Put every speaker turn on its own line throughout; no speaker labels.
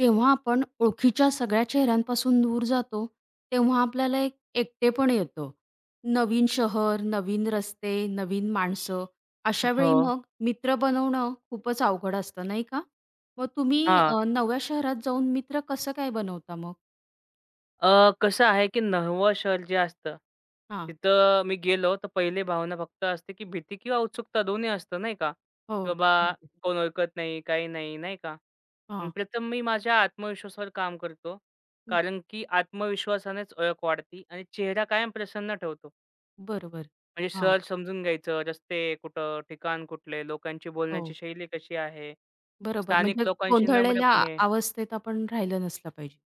जेव्हा आपण ओळखीच्या सगळ्या चेहऱ्यांपासून दूर जातो, तेव्हा आपल्याला एक एकटेपण येतं. नवीन शहर, नवीन रस्ते, नवीन माणसं अशा वेळी
हो.
मग मित्र बनवणं खूपच अवघड असतं, नाही का? मग तुम्ही
हां.
नव्या शहरात जाऊन मित्र कसं काय बनवता मग?
अ, कसं आहे, की नवं शहर जे असतं,
हां.
तिथं मी गेलो, तर पहिली भावना फक्त असते, की भीती किंवा उत्सुकता दोन्ही असतं नाही का,
हो.
की बाबा कोण ओळखत नाही, काही नाही, नाही का? पण
हां.
प्रथम मी माझ्या आत्मविश्वासावर काम करतो. कारण की आत्मविश्वासानेच ओळख वाढते आणि चेहरा कायम प्रसन्न ठेवतो.
बरोबर.
म्हणजे
हां.
सहज समजून घ्यायचं, रस्ते कुठं, ठिकाण कुठले, लोकांची बोलण्याची
हो.
शैली कशी आहे,
बरोबर.
स्थानिक
म्हणजे
लोकांशी
गोंधळलेल्या
नम्रपणे
अवस्थेत आपण राहिलं नसलं पाहिजे.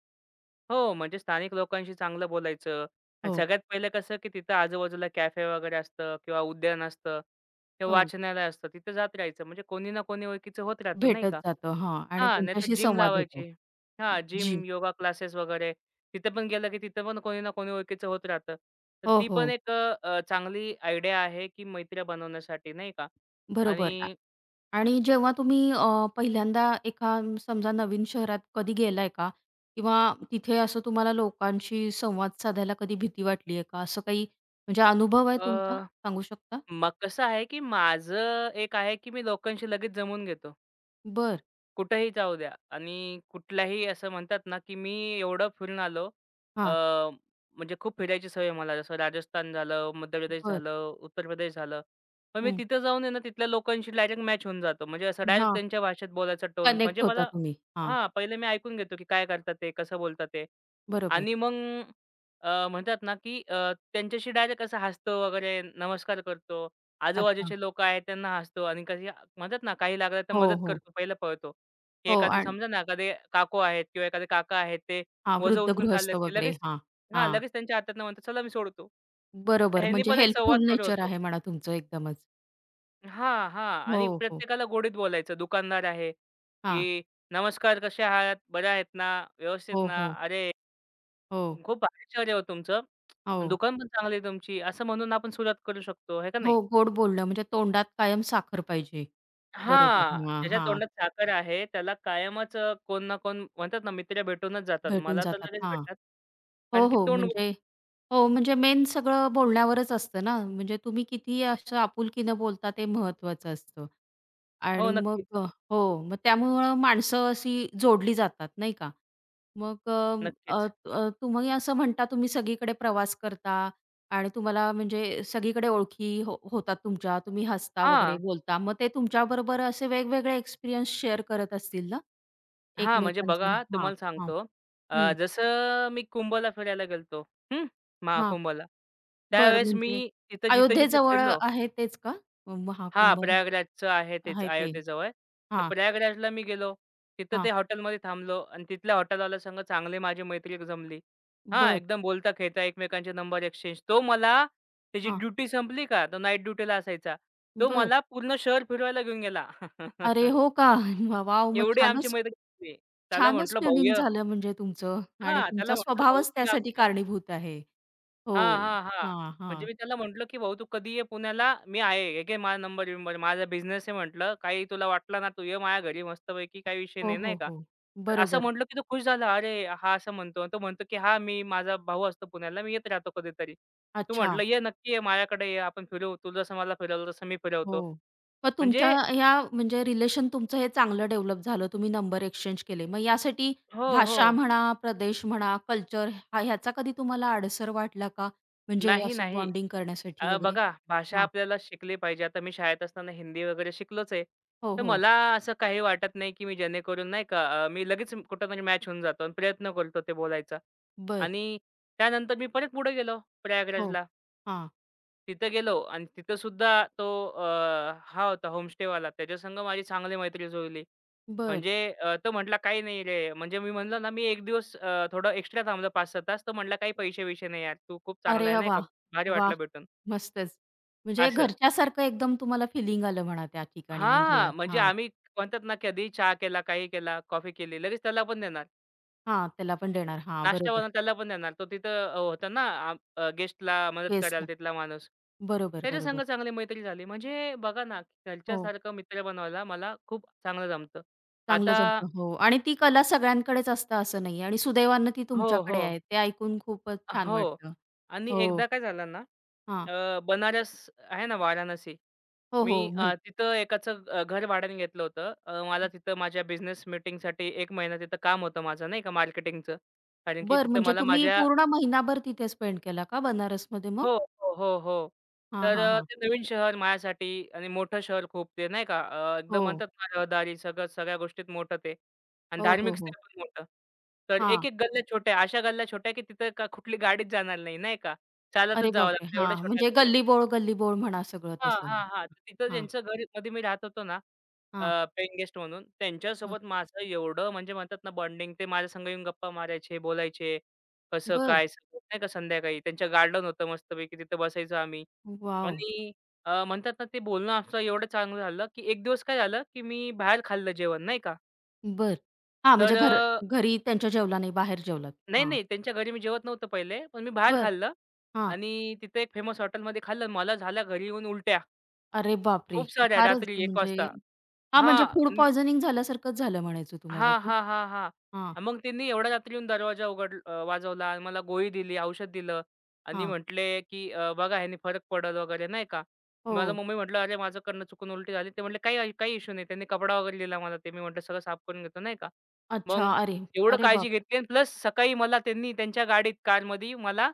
हो, म्हणजे स्थानिक लोकांशी चांगलं बोलायचं आणि
हो,
सगळ्यात पहिलं कसं, की तिथं आजूबाजूला कॅफे वगैरे असतं किंवा उद्यान असतं किंवा
हो.
वाचनालय असतं. तिथं जात राहायचं म्हणजे कोणी ना कोणी ओळखीचं होत राहतं नाही
भेटत
का?
जातं. हां आणि
हां, नाहीतर
त्यांच्याशी
जिम
संवाद होतो.
लावायची. हां,
जी
जिम, योगा क्लासेस वगैरे. तिथं पण गेलं, की तिथं पण कोणी ना कोणी ओळखीचं होत राहतं. तर
हो,
ती
हो.
पण एक चांगली आयडिया आहे, की मैत्र्या बनवण्यासाठी नाही का?
बरोबर.
आणि
आणि जेव्हा तुम्ही पहिल्यांदा एका समजा नवीन शहरात कधी गेलाय का? किंवा तिथे असं तुम्हाला लोकांशी संवाद साधायला कधी भीती वाटली आहे का? असं काही म्हणजे अनुभव आहे
अ,
तुमचा? सांगू शकता?
मग कसं आहे, की माझं एक आहे, की मी लोकांशी लगेच जमून घेतो.
बरं.
कुठेही जाऊ द्या आणि कुठल्याही असं म्हणतात ना, की मी एवढं फिरून आलो. अ,
हां.
म्हणजे खूप फिरायची सवय आहे मला. जसं राजस्थान झालं, मध्य प्रदेश
बरं.
झालं, उत्तर प्रदेश झालं. पण मी
हं.
तिथं जाऊन आहे ना, तिथल्या लोकांशी डायरेक्ट मॅच होऊन जातो. म्हणजे असं डायरेक्ट
हां.
त्यांच्या भाषेत बोलायचा टोन. म्हणजे
कनेक्ट होता
मला
तुम्ही. हां.
हां, पहिले मी ऐकून घेतो, की काय करतात ते, कसं बोलतात ते.
बरोबर.
आणि मग म्हणतात ना, की त्यांच्याशी डायरेक्ट असं हसतो वगैरे, नमस्कार करतो.
अच्छा.
आजूबाजूचे लोकं आहेत त्यांना हसतो आणि कधी म्हणतात ना, काही लागलं तर
हो,
मदत
हो.
करतो, पहिला पळतो. की
हो.
एखादी
आणि
समजा ना, एखादे काकू आहेत किंवा एखादे काका आहेत, ते
हां,
ओझं
वृद्ध
उचलून
गृहस्थ
चाललेत, की
वगैरे.
लगेच
हां,
हां,
हां.
लगेच त्यांच्या हातातनं म्हणतात, "चला मी सोडतो."
बरोबर.
ह्यानी
म्हणजे
पण एक संवाद
हेल्पफुल
सुरू
नेचर
होतो.
आहे म्हणा तुमचं एकदमच.
हां, हां.
हो,
आणि
हो.
प्रत्येकाला गोडीत बोलायचं. दुकानदार आहे,
हां.
की "नमस्कार, कसे आहात? बऱ्या आहेत ना? व्यवस्थित
हो,
ना?
हो.
अरे,
हो.
खूप भारी शहर आहे हो तुमचं.
हो.
दुकान पण चांगली आहे तुमची." असं म्हणून आपण सुरुवात करू शकतो, आहे का नाही?
हो, गोड बोलणं म्हणजे तोंडात कायम साखर पाहिजे. बरोबर.
हां,
हां,
ज्याच्या
हां.
तोंडात साखर आहे त्याला कायमच कोण ना कोण म्हणतात ना मित्र भेटूनच जातात.
भेटून
मला तर
जातात.
लगेच
हां.
भेटतात.
हो,
कारण की
हो.
तोंड
म्हणजे हो, म्हणजे मेन सगळं बोलण्यावरच असतं ना. म्हणजे तुम्ही किती असं आपुलकीनं बोलता ते महत्वाचं असतं.
हो,
आणि मग
नक्कीच,
हो, मग त्यामुळं माणसं अशी जोडली जातात, नाही का? मग अ, अ,
नक्कीच.
त- अ, तुम्ही असं म्हणता, तुम्ही सगळीकडे प्रवास करता आणि तुम्हाला म्हणजे सगळीकडे ओळखी होतात तुमच्या, तुम्ही हसता वगैरे,
हां,
बोलता. मग ते तुमच्याबरोबर असे वेगवेगळे एक्सपिरियन्स शेअर करत असतील ना?
हां, म्हणजे
एकमेकांचे?
बघा
हां,
तुम्हाला
हां.
सांगतो
हं,
जसं मी कुंभला फिरायला गेलो होतो. हं,
हां.
महाकुंभला.
बरं
त्यावेळेस
म्हणजे
मी तिथं जिथं-जिथं
अयोध्येजवळ
फिरलो
आहे तेच का?
हां,
महाकुंभ
प्रयागराजचं आहे तेच
आहे ते?
अयोध्येजवळ. तर
हां,
प्रयागराजला मी गेलो. तिथं ते
हां.
हॉटेलमध्ये थांबलो आणि तिथल्या हॉटेलवाल्या संग चांगले माझी मैत्री जमली. हां,
बरं.
एकदम बोलता-खेळता एकमेकांचे नंबर एक्सचेंज. तो मला त्याची
हां,
ड्युटी संपली का, तो नाईट ड्युटीला असायचा. तो
बरं.
मला पूर्ण शहर फिरवायला घेऊन गेला.
अरे हो का? वाह! वॉव! मग
एवढी आमची
छानच
मैत्री झाली. त्याला
छानच
म्हटलं,
ट्युनिंग
"भाऊय"
झालं म्हणजे तुमचं आणि
हां, त्याला
तुमचा
म्हटलं, "भाऊ
स्वभावच
तू
त्यासाठी
आमच्या."
कारणीभूत आहे. हो.
हां, हां, हां.
हां,
म्हणजे
हां.
मी त्याला म्हटलं, की "भाऊ तू कधी ये पुण्याला, मी आहे. हे घे माझा नंबर-बिंबर, माझा बिझनेस आहे" म्हटलं. "काही तुला वाटलं ना, तू ये माझ्या घरी मस्तपैकी, काही विषय
हो,
नाही." नाही
हो,
का.
हो.
तर असं
बरोबर.
म्हटलं, की तो खुश झाला. "अरे हा असं म्हणतो." तो म्हणतो, की "हां, मी माझा भाऊ असतो पुण्याला, मी येत राहतो कधीतरी. तू
अच्छा.
म्हटलं ये, नक्की ये माझ्याकडे ये, आपण फिरू. तू जसं मला फिरवलं तसं मी फिरवतो."
हो. मग तुमच्या
म्हणजे
ह्या म्हणजे रिलेशन तुमचं हे चांगलं डेव्हलप झालं. तुम्ही नंबर एक्सचेंज केले. मग यासाठी
हो, हो.
भाषा म्हणा, प्रदेश म्हणा, कल्चर ह्याचा कधी तुम्हाला अडसर वाटला का? म्हणजे
नाही,
असं
नाही.
बॉन्डिंग करण्यासाठी वगैरे?
बघा भाषा
हां.
आपल्याला शिकली पाहिजे. आता मी शाळेत असताना हिंदी वगैरे शिकलोच आहे.
हो,
तर
हो.
मला असं काही वाटत नाही, की मी जेणेकरून नाही का मी लगेच कुठेतरी मॅच होऊन जातो आणि प्रयत्न करतो ते बोलायचा.
बरं.
आणि त्यानंतर मी परत पुढे गेलो
हो.
प्रयागराजला.
हां.
तिथं गेलो आणि तिथं सुद्धा तो हा होता होमस्टेवाला. त्याच्यासंग माझी चांगली मैत्री जुळली.
बरं.
म्हणजे तो म्हटला, "काही नाही रे." म्हणजे मी म्हणलो ना, मी 1 दिवस थोडं एक्स्ट्रा थांबलो 5-6 तास. तो म्हटला, "काही पैसे-बिसे नाही यार. तू खूप
अरे
चांगला आहे नाही का.
वाह!
भारी
वाह!
वाटलं भेटून."
मस्तच. म्हणजे
असं.
घरच्यासारखं एकदम तुम्हाला फिलिंग आलं म्हणा त्या ठिकाणी म्हणजे
हां, म्हणजे
हां,
आम्ही म्हणतात ना, कधीही चहा केला, काही केला, कॉफी केली, लगेच त्याला पण देणार.
हां, त्याला पण देणार. हां,
नाश्ता
बरोबर.
बनवून त्याला पण देणार. तो तिथं होता ना गेस्टला मदत करायला
गेस्टला.
तिथला माणूस.
बरोबर,
त्याच्यासंग
बरोबर.
चांगली मैत्री झाली. म्हणजे बघा ना,
हो,
घरच्यासारखं मित्र बनवायला मला खूप चांगलं जमतं.
चांगलं
आता
जमतं. हो आणि ती कला सगळ्यांकडेच असतं असं नाही आणि सुदैवानं ती
हो, हो.
तुमच्याकडे आहे. ते ऐकून खूपच छान
हो.
वाटलं.
आणि
हो,
एकदा काय झालं ना,
हां.
बनारस आहे ना, वाराणसी
हो,
मी
हो.
तिथं एकाचं घर भाड्याने घेतलं होतं. मला तिथं माझ्या बिझनेस मीटिंगसाठी एक महिना तिथं काम होतं माझं नाही का मार्केटिंगचं. कारण की
बरं
तिथं
म्हणजे
मला
तुम्ही
माझ्या
पूर्ण महिनाभर तिथे स्पेंड केला का बनारसमध्ये मग?
हो, हो, हो, हो.
हां,
तर
हां, हां.
ते नवीन शहर माझ्यासाठी आणि मोठं शहर खूप ते नाही का
हो.
एकदम म्हणतात ना रहदारी सगळं सगळ्या गोष्टीत मोठं ते आणि
हो, हो,
धार्मिक स्थळ
हो.
पण मोठं. तर
हां.
एक-एक गल्ल्या छोट्या, अशा गल्ल्या छोट्या की तिथं का कुठली गाडीच जाणार नाही, नाही का. चालतच
अरे
जावं
बापरे!
लागतं एवढ्या
हां,
छोट्या
म्हणजे
गल्ल्या
गल्लीबोळ, गल्लीबोळ म्हणा सगळं
हां,
तसं.
हां, हां. तर तिथं
हां,
ज्यांच्या घरी मध्ये मी राहत होतो ना, अ,
हां.
पेइंग गेस्ट म्हणून
ब
त्यांच्यासोबत माझं एवढं म्हणजे म्हणतात ना बॉन्डिंग ते माझ्या संग येऊन गप्पा मारायचे, बोलायचे. कसं
बरं.
काय सगळं नाही का संध्याकाळी त्यांचं गार्डन होतं मस्तपैकी तिथे बसायचो आम्ही
वाव,
आणि म्हणतात ना ते बोलणं आमचं एवढं चांगलं झालं, की एक दिवस काय झालं, की मी बाहेर खाल्लं जेवण नाही का.
बर, हां,
तर
म्हणजे घरी त्यांच्या जेवला नाही, बाहेर जेवलात.
नाही,
हां,
नाही त्यांच्या घरी मी जेवत नव्हतं पहिले, पण मी बाहेर
बरं.
खाल्लं
हां.
आणि तिथे एक फेमस हॉटेलमध्ये खाल्लं. मला झाल्या घरी येऊन उलट्या
अरे बापरे!
खूप साऱ्या
फारच
रात्री 1
म्हणजे
वाजता.
हां, म्हणजे
हां.
फूड पॉइझनिंग झाल्यासारखंच झालं म्हणायचं तुम्हाला
हां,
ते?
हां, हां, हां.
हां,
मग त्यांनी एवढ्या रात्री येऊन दरवाजा वाजवला आणि मला गोळी दिली, औषध दिलं आणि
हां.
म्हटले, की "बघा ह्याने फरक पडेल" वगैरे नाही का. मला
हो.
मम्मी म्हटलं, "अरे माझ्याकडनं चुकून उलटी झाली." ते म्हटले, "काही काही इश्यू नाही." त्यांनी कपडा वगैरे दिला मला. ते मी म्हटलं, "सगळं साफ करून घेतो." नाही का.
अच्छा.
मग
अरे!
एवढं
अरे
काळजी
बापरे!
घेतली प्लस सकाळी मला त्यांनी त्यांच्या गाडीत, कारमध्ये मला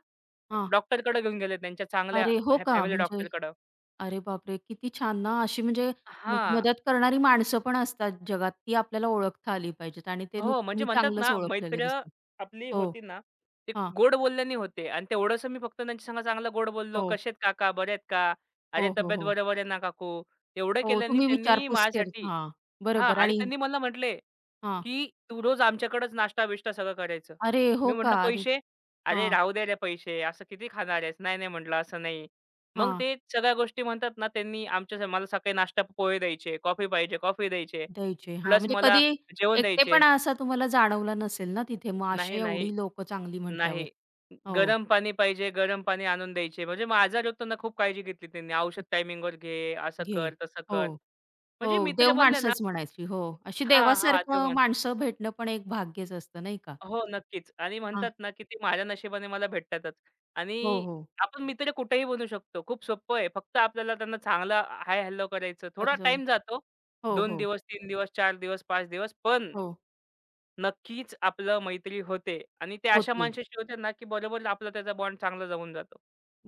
हां.
डॉक्टरकडे घेऊन गेले त्यांच्या चांगल्या
अरे हो का?
फॅमिली
म्हणजे
डॉक्टरकडं.
अरे बापरे! किती छान ना, अशी म्हणजे मग
हां.
मदत करणारी माणसं पण असतात जगात, ती आपल्याला ओळखता आली पाहिजेत आणि ते
हो, म्हणजे
तुम्ही
म्हणतात
चांगलंच
ना,
ओळखलेलं
मैत्र
दिसतं.
आपली
हो.
होती ना, ते
हां.
गोड बोलल्यानी होते आणि तेवढंसं मी फक्त त्यांच्या संग चांगलं गोड बोललो.
हो.
"कसे काका? बरे आहेत का? अरे,
हो, हो,
तब्येत
हो.
बरोबर आहे ना काकू?" एवढं
हो,
केल्यानी
तुम्ही
त्यांनी
विचारपूस केली.
माझ्यासाठी
हां,
हां
बरोबर
आणि
आणि
त्यांनी मला म्हटले,
हां.
की "तू रोज आमच्याकडंच नाश्ता-बिष्टा सगळं करायचं."
अरे
मी
हो का?
म्हटलं,
अरे
"पैसे?" "अरे,
हां,
राहू दे रे पैसे. असं किती खाणार आहेस?" "नाही, नाही," म्हटलं, "असं नाही." मग
हां.
ते सगळ्या गोष्टी म्हणतात ना, त्यांनी आमच्या मला सकाळी नाश्ता पोहे द्यायचे, कॉफी पाहिजे कॉफी द्यायचे,
द्यायचे. हां,
प्लस
म्हणजे
मला
कधी
जेवण द्यायचे.
एकटेपणा असा तुम्हाला जाणवला नसेल ना तिथे, मग
नाही,
अशी
नाही,
एवढी लोकं चांगली म्हटल्यावर.
नाही.
हो,
गरम पाणी पाहिजे, गरम पाणी आणून द्यायचे. म्हणजे मग आजारी होतो ना, खूप काळजी घेतली त्यांनी. औषध टायमिंगवर घे, असं
घे.
कर, तसं
हो,
कर. म्हणजे
हो.
मित्र
देव
बनले ना
माणसंच म्हणायची. हो, अशी
हां, हां. देव
देवासारखं
माणसात.
माणसं भेटणं पण एक भाग्यच असतं नाही का?
हो, नक्कीच. आणि
हां.
म्हणतात ना, की ते माझ्या नशिबाने मला भेटतातच.
हो,
आणि
हो.
आपण मित्र कुठेही बनू शकतो. खूप सोपं आहे. फक्त आपल्याला त्यांना चांगला हाय हॅलो करायचं. थोडा
तर
टाईम
हो,
जातो. 2
हो,
दिवस, 3 दिवस, 4 दिवस, 5 दिवस. पण
हो.
नक्कीच आपलं मैत्री होते. आणि ते अशा
होती.
माणसाशी होते ना, की बरोबर आपला त्याचा बॉन्ड चांगला जमून जातो.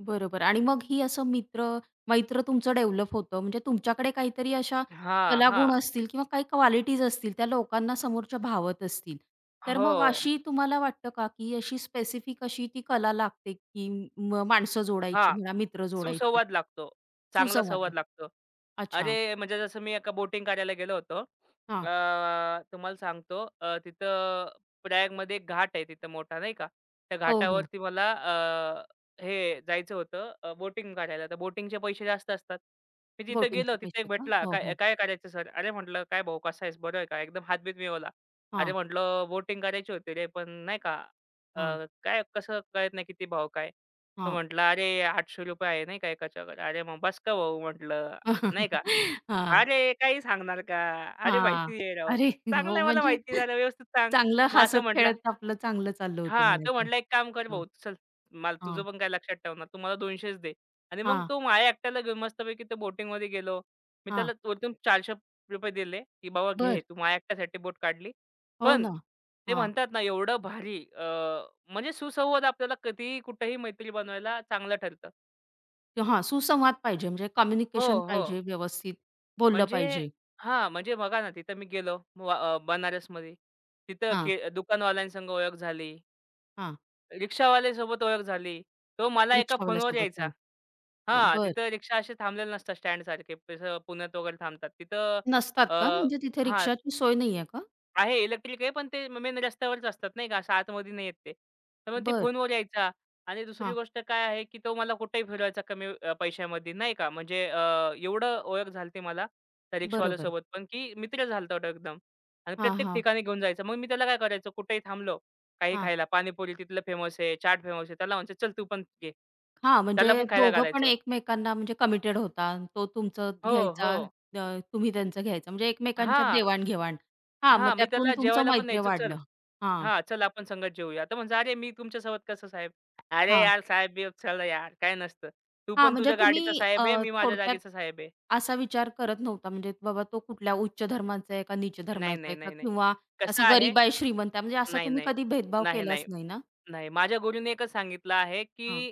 बरोबर आणि मग ही असं मैत्र तुमचं डेव्हलप होतं म्हणजे तुमच्याकडे काहीतरी अशा
हा, हा,
कलागुण असतील किंवा काही क्वालिटीज असतील त्या लोकांना समोरच्या भावत असतील. तर मग
हो,
अशी तुम्हाला वाटतं का, की अशी स्पेसिफिक अशी ती कला लागते, की माणसं जोडायची
हां.
म्हणा, मित्र जोडायची?
सुसंवाद लागतो. चांगला
सुसंवाद.
संवाद लागतो.
अच्छा.
अरे, म्हणजे जसं मी एका बोटिंग करायला गेलो होतो.
हां.
तुम्हाला सांगतो तिथं प्रयागमध्ये एक घाट आहे तिथं मोठा नाही का. त्या
हो, हो.
घाटावरती मला हे जायचं होतं बोटिंग करायला. तर बोटिंगचे पैसे जास्त असतात. मी तिथं गेलो,
बोटिंगचे
तिथं एक
पैसे का?
भेटला.
हो,
"काय
हो.
काय करायचं सर?" "अरे," म्हटलं, "काय भाऊ कसा आहेस? बरं आहे का?" एकदम हातबीत मिळवला. "अरे,"
हां,
म्हटलं, "बोटिंग करायची होती रे, पण नाही का अ,
हां,
काय कसं कळत नाही किती भाव काय?" तो
हां. हां,
म्हटला, "अरे ₹800 आहे नाही का एका." "अरे मग बस का भाऊ," म्हटलं, नाही का.
हां.
"अरे काही सांगणार का? अरे माहिती आहे राव,
अरे
तू
हो
चांगलं मला
म्हणजे
माहिती झालं व्यवस्थित सांग."
चांगलं
मग असं म्हटला
हसत-खेळत आपलं चांगलं चाललं होतं
हां, तो
म्हणायचं.
म्हटला, "एक काम कर
हां,
भाऊ चल, मला तुझं
हां,
पण काय लक्षात ठेवणार, तू मला 200च दे." आणि मग
हां,
तो माझ्या एकट्याला घेऊन मस्तपैकी ते बोटिंगमध्ये गेलो. मी
हां.
त्याला वरतून ₹400 दिले, की "बाबा घे,
बरं.
तू माझ्या एकट्यासाठी बोट काढली."
हो
पण
ना.
ते
हां.
म्हणतात ना एवढं भारी म्हणजे सुसंवाद आपल्याला कधीही कुठेही मैत्री बनवायला चांगलं ठरतं.
हां, सुसंवाद पाहिजे म्हणजे
हो,
कम्युनिकेशन
हो.
पाहिजे, व्यवस्थित बोललं
म्हणजे
पाहिजे.
हां, म्हणजे बघा ना, तिथं मी गेलो व बनारसमध्ये. तिथं
हां,
के दुकानवाल्यांसंग ओळख झाली,
हां.
रिक्षावाल्यासोबत ओळख झाली. तो मला एका फोनवर
रिक्षावाल्यासोबत.
यायचा.
हो.
हां,
बरं.
तिथं रिक्षा असे थांबलेले नसतात स्टँडसारखे. जसं पुण्यात वगैरे थांबतात. तिथं
नसतात
अ,
का? म्हणजे तिथे
हां.
रिक्षाची सोय नाहीये का?
आहे इलेक्ट्रिक आहे, पण ते मेन रस्त्यावरच असतात नाही का, असं आतमध्ये नाही येत ते. तर मग ते
बरं.
फोनवर यायचा आणि दुसरी
हां.
गोष्ट काय आहे, की तो मला कुठेही फिरवायचा कमी पैशामध्ये नाही का. म्हणजे एवढं ओळख झाली होती मला त्या
बरोबर.
रिक्षावाल्यासोबत पण, की मित्र झाला होता एकदम आणि
हां,
प्रत्येक
हां,
ठिकाणी घेऊन जायचं. मग मी त्याला काय करायचो, कुठेही थांबलो काही
हां.
खायला, पाणीपुरी तिथलं फेमस आहे, चाट फेमस आहे. त्याला म्हणायचो, "चल तू पण घे."
हां, म्हणजे
त्याला पण खायला
दोघं पण
घालायचो.
एकमेकांना म्हणजे कमिटेड होता. तो तुमचं
हो, हो.
घ्यायचा, तुम्ही त्यांचं घ्यायचं म्हणजे एकमेकांच्यात
हां.
देवाण-घेवाण. हां, मग
हां, मी
त्यातून
त्याला
तुमचं
जेवायला पण
मैत्री
न्यायचो, "चल,
वाढलं. हां,
हां, चल आपण संगत जेवूया." तर म्हणतो, "अरे, मी तुमच्यासोबत कसं साहेब?" "अरे
हां,
यार, साहेब-बिहेब चल यार, काय नसतं. तू
हां,
पण
म्हणजे
तुझ्या गाडीचा
तुम्ही
साहेब आहे, मी माझ्या
थोडक्यात
जागेचा साहेब आहे."
असा विचार करत नव्हता म्हणजे बाबा तो कुठल्या उच्च धर्माचा आहे का नीच
"नाही,
धर्माचा
नाही,
आहे का
नाही, नाही."
किंवा
"कसं
असा
आहे?"
गरीब आहे, श्रीमंत आहे म्हणजे असा
"नाही,
तुम्ही
नाही.
कधी भेदभाव
नाही,
केलाच
नाही."
नाही ना?
नाही, माझ्या गुरुने एकच सांगितलं आहे,
हां.
की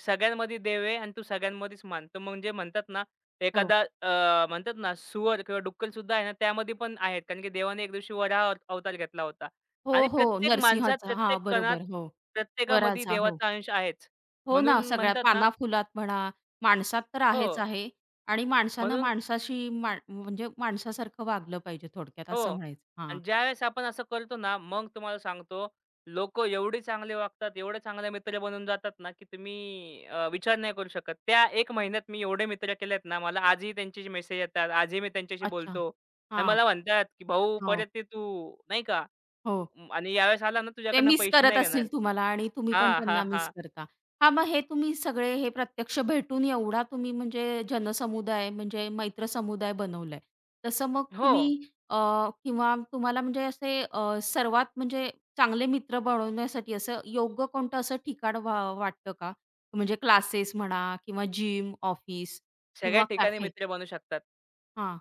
सगळ्यांमध्ये देव आहे आणि तू सगळ्यांमध्येच मान. तर म्हणजे म्हणतात ना,
हो.
एखादा म्हणतात ना, सुअर किंवा डुक्कल सुद्धा आहे ना, त्यामध्ये पण आहेत. कारण की देवाने एक दिवशी वराह अवतार घेतला होता
हो,
आणि
हो.
प्रत्येक माणसात,
नरसिंहाचा. हां,
प्रत्येक कणात,
बरोबर. हो.
प्रत्येकामध्ये
वराचा. हो.
देवाचा अंश आहेच.
हो ना,
म्हणून
सगळ्या
म्हणतात ना
पानाफुलात म्हणा, माणसात तर
हो.
आहेच आहे आणि माणसानं
म्हणून
माणसाशी म्हणजे माणसासारखं वागलं पाहिजे थोडक्यात असं
हो.
म्हणायचं. हां.
आणि ज्यावेळेस आपण असं करतो ना, मग तुम्हाला सांगतो, लोकं एवढी चांगली वागतात, एवढे चांगले मित्र बनून जातात ना, की तुम्ही विचार नाही करू शकत. त्या 1 महिन्यात मी एवढे मित्र केलेत ना, मला आजही त्यांचे मेसेज येतात, आजही मी त्यांच्याशी
अच्छा.
बोलतो आणि
हां.
मला म्हणतात, की "भाऊ
हो.
परत ये तू, नाही का?
हो.
आणि यावेळेस आला ना
ते
तुझ्याकडनं
मिस
पैसे
करत
नाही घेणार."
असतील तुम्हाला आणि तुम्ही पण
हां,
त्यांना
हां,
मिस
हां.
करता. हां, मग हे तुम्ही सगळे हे प्रत्यक्ष भेटून एवढा तुम्ही म्हणजे जनसमुदाय म्हणजे मैत्र समुदाय बनवलाय. तसं मग
हो.
तुम्ही किंवा तुम्हाला म्हणजे असे सर्वात म्हणजे चांगले मित्र बनवण्यासाठी असं योग्य कोणतं असं ठिकाण वाटतं का? म्हणजे क्लासेस म्हणा किंवा जिम, ऑफिस
सगळ्या
किंवा
ठिकाणी
कॅफे
मित्र बनू शकतात.
हां.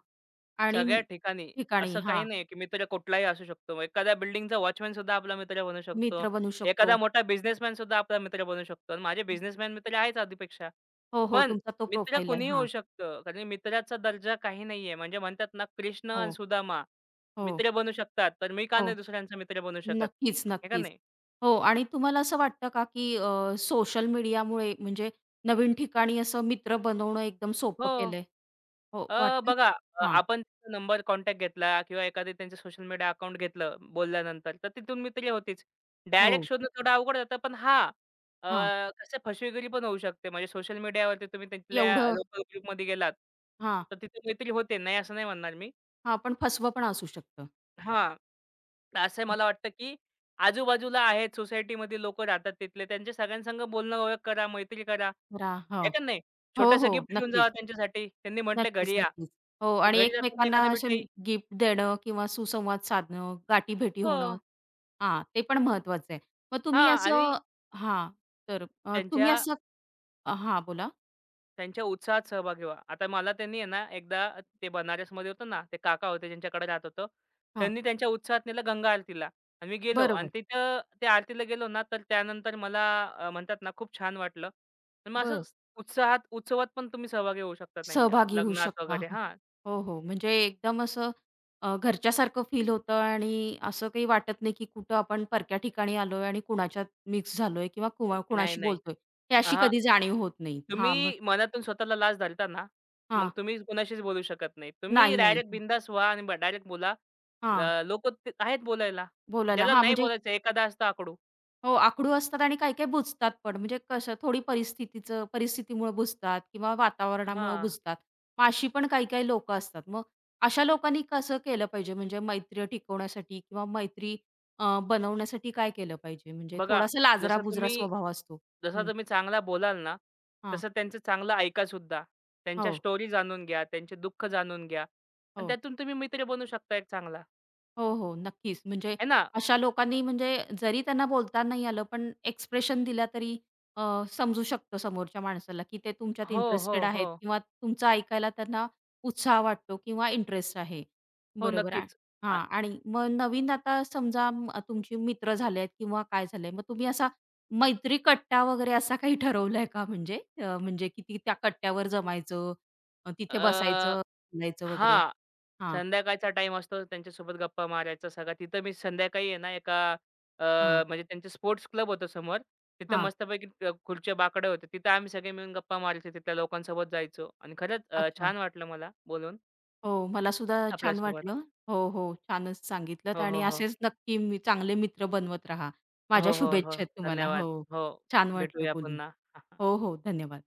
आणि
सगळ्या ठिकाणी.
ठिकाणी
असं काही
हां,
नाही की मित्र कुठलाही असू शकतो. मग एखाद्या बिल्डिंगचा वॉचमन सुद्धा आपला मित्र बनू शकतो.
मित्र बनू शकतो.
एखादा मोठा बिझनेसमॅन सुद्धा आपला मित्र बनू शकतो आणि माझे बिझनेसमॅन मित्र आहेच आधीपेक्षा.
हो, हो.
पण
तुमचा तो
मित्र
प्रोफाईल आहे.
कुणीही होऊ
हां.
शकतं. कारण मित्राचा दर्जा काही नाहीये. म्हणजे म्हणतात ना कृष्ण आणि
हो,
सुदामा
हो.
मित्र बनू शकतात. तर मी का
हो.
नाही दुसऱ्यांचा मित्र बनू शकत?
नक्कीच,
आहे का
नक्कीच.
नाही?
हो आणि तुम्हाला असं वाटतं का, की सोशल मीडियामुळे म्हणजे नवीन ठिकाणी असं मित्र बनवणं एकदम सोपं
हो.
केलंय? हो, वाटतं?
बघा
हां.
आपण त्यांचा नंबर कॉन्टॅक्ट घेतला किंवा एखादं त्यांचं सोशल मीडिया अकाउंट घेतलं बोलल्यानंतर, तर तिथून मित्र होतीच. डायरेक्ट
हो.
शोधणं थोडं अवघड जातं. पण हां, अ,
हां.
कसं फसवेगिरी पण होऊ शकते. म्हणजे सोशल मीडियावरती तुम्ही तिथल्या
एवढं
लोकल ग्रुपमध्ये गेलात,
हां.
तर तिथे मैत्री होते. नाही असं नाही म्हणणार मी.
हां, पण फसवं पण असू शकतं.
हां, तर असं
हा,
मला वाटतं, की आजूबाजूला आहेत सोसायटीमध्ये लोकं राहतात तिथले. त्यांच्या सगळ्यांसंग बोलणं ओळख करा, मैत्री करा.
हो.
आहे का नाही?
हो,
छोटंसं
हो.
गिफ्ट घेऊन जावा
नक्कीच.
त्यांच्यासाठी. त्यांनी म्हटलं,
नक्कीच,
"घरी या."
नक्कीच. हो
तर
आणि
घरी जाताना
एकमेकांना
एखादा
असे
मिठाई
गिफ्ट देणं किंवा सुसंवाद साधणं, गाठीभेटी
हो.
होणं. हां, ते पण महत्वाचं आहे. मग
हां
तुम्ही असं
आणि
हां, तर तुम्ही
त्यांच्या
असं हां, बोला.
त्यांच्या उत्साहात सहभागी व्हा. आता मला त्यांनी आहे ना एकदा ते बनारसमध्ये होतं ना, ते काका होते ज्यांच्याकडे राहत होतो. त्यांनी त्यांच्या उत्साहात नेलं गंगा आरतीला आणि मी गेलो आणि
बरोबर.
तिथं त्या आरतीला गेलो ना, तर त्यानंतर मला म्हणतात ना खूप छान वाटलं. तर मग असं
बरं.
उत्साहात उत्सवात पण तुम्ही सहभागी होऊ शकता त्यांच्या
सहभागी होऊ
लग्नात
शकता.
वगैरे
हां.
हां.
हो, हो. म्हणजे एकदम असं घरच्यासारखं फील होतं आणि असं काही वाटत नाही, की कुठं आपण परक्या ठिकाणी आलोय आणि कुणाच्यात मिक्स झालोय किंवा कुणा
नाही,
कुणाशी
नाही.
बोलतोय. हे अशी
अहा.
कधी जाणीव होत नाही. हां, मग
तुम्ही मनातून स्वतःला लाज धरता ना, मग
हां.
तुम्ही कुणाशीच बोलू शकत नाही. तुम्ही
नाही, नाही.
डायरेक्ट बिंदास व्हा आणि डायरेक्ट बोला.
हां,
लोकं ते आहेत बोलायला.
बोलायला.
ज्याला
हां,
नाही
म्हणजे
बोलायचं एखादा असतो आकडू.
हो, आखडू असतात आणि काही-काही बुजतात पण. म्हणजे कसं थोडी परिस्थितीमुळे बुजतात किंवा वातावरणामुळे
हां.
बुजतात. मग अशी पण काही-काही लोकं असतात. मग अशा लोकांनी कसं केलं पाहिजे म्हणजे मैत्री टिकवण्यासाठी किंवा मैत्री बनवण्यासाठी काय केलं पाहिजे? म्हणजे
बघा
थोडासा
जसं
लाजरा-बुजरा
तुम्ही
स्वभाव असतो.
जसा
हं.
तुम्ही चांगला बोलाल ना,
हां.
तसं त्यांचं चांगलं ऐकासुद्धा.
हो,
त्यांच्या स्टोरी जाणून घ्या, त्यांचे दुःख जाणून घ्या आणि
हो.
त्यातून तुम्ही मित्र बनू शकता एक चांगला.
हो, हो. नक्कीच. म्हणजे
आहे ना?
अशा लोकांनी म्हणजे जरी त्यांना बोलता नाही आलं, पण एक्सप्रेशन दिला तरी अ, समजू शकतो समोरच्या माणसाला, की ते तुमच्यात
हो, हो,
इंटरेस्टेड
हो.
आहेत किंवा तुमचं ऐकायला त्यांना उत्साह वाटतो किंवा इंटरेस्ट आहे.
हो,
बरोबर आहे.
नक्कीच.
हां. आणि मग नवीन आता समजा तुमचे मित्र झालेत किंवा काय झालंय, मग तुम्ही असा मैत्री कट्टा वगैरे असा काही ठरवलाय का म्हणजे? म्हणजे किती त्या कट्ट्यावर जमायचं, तिथे बसायचं, बोलायचं वगैरे?
हां.
हां,
संध्याकाळचा टाइम असतो त्यांच्यासोबत गप्पा मारायचा सगळा. तिथं मी संध्याकाळी आहे ना एका अ,
हां,
म्हणजे त्यांचे स्पोर्ट्स क्लब होतं समोर. तिथं
हां.
मस्तपैकी खुर्च्या बाकड्या होत्या. तिथं आम्ही सगळे मिळून गप्पा मारायचो. तिथल्या लोकांसोबत जायचो आणि खरंच
अच्छा.
छान वाटलं मला बोलून
हो, मला सुद्धा छान
आपल्यासोबत.
वाटलं. हो, हो. छानच सांगितलत
हो, हो,
आणि
हो.
असेच नक्की मी चांगले मित्र बनवत राहा. माझ्या
हो, हो, हो.
शुभेच्छा आहेत तुम्हाला.
धन्यवाद.
हो,
हो.
छान वाटलं
भेटूया
बोलून.
पुन्हा.
हो, हो. धन्यवाद.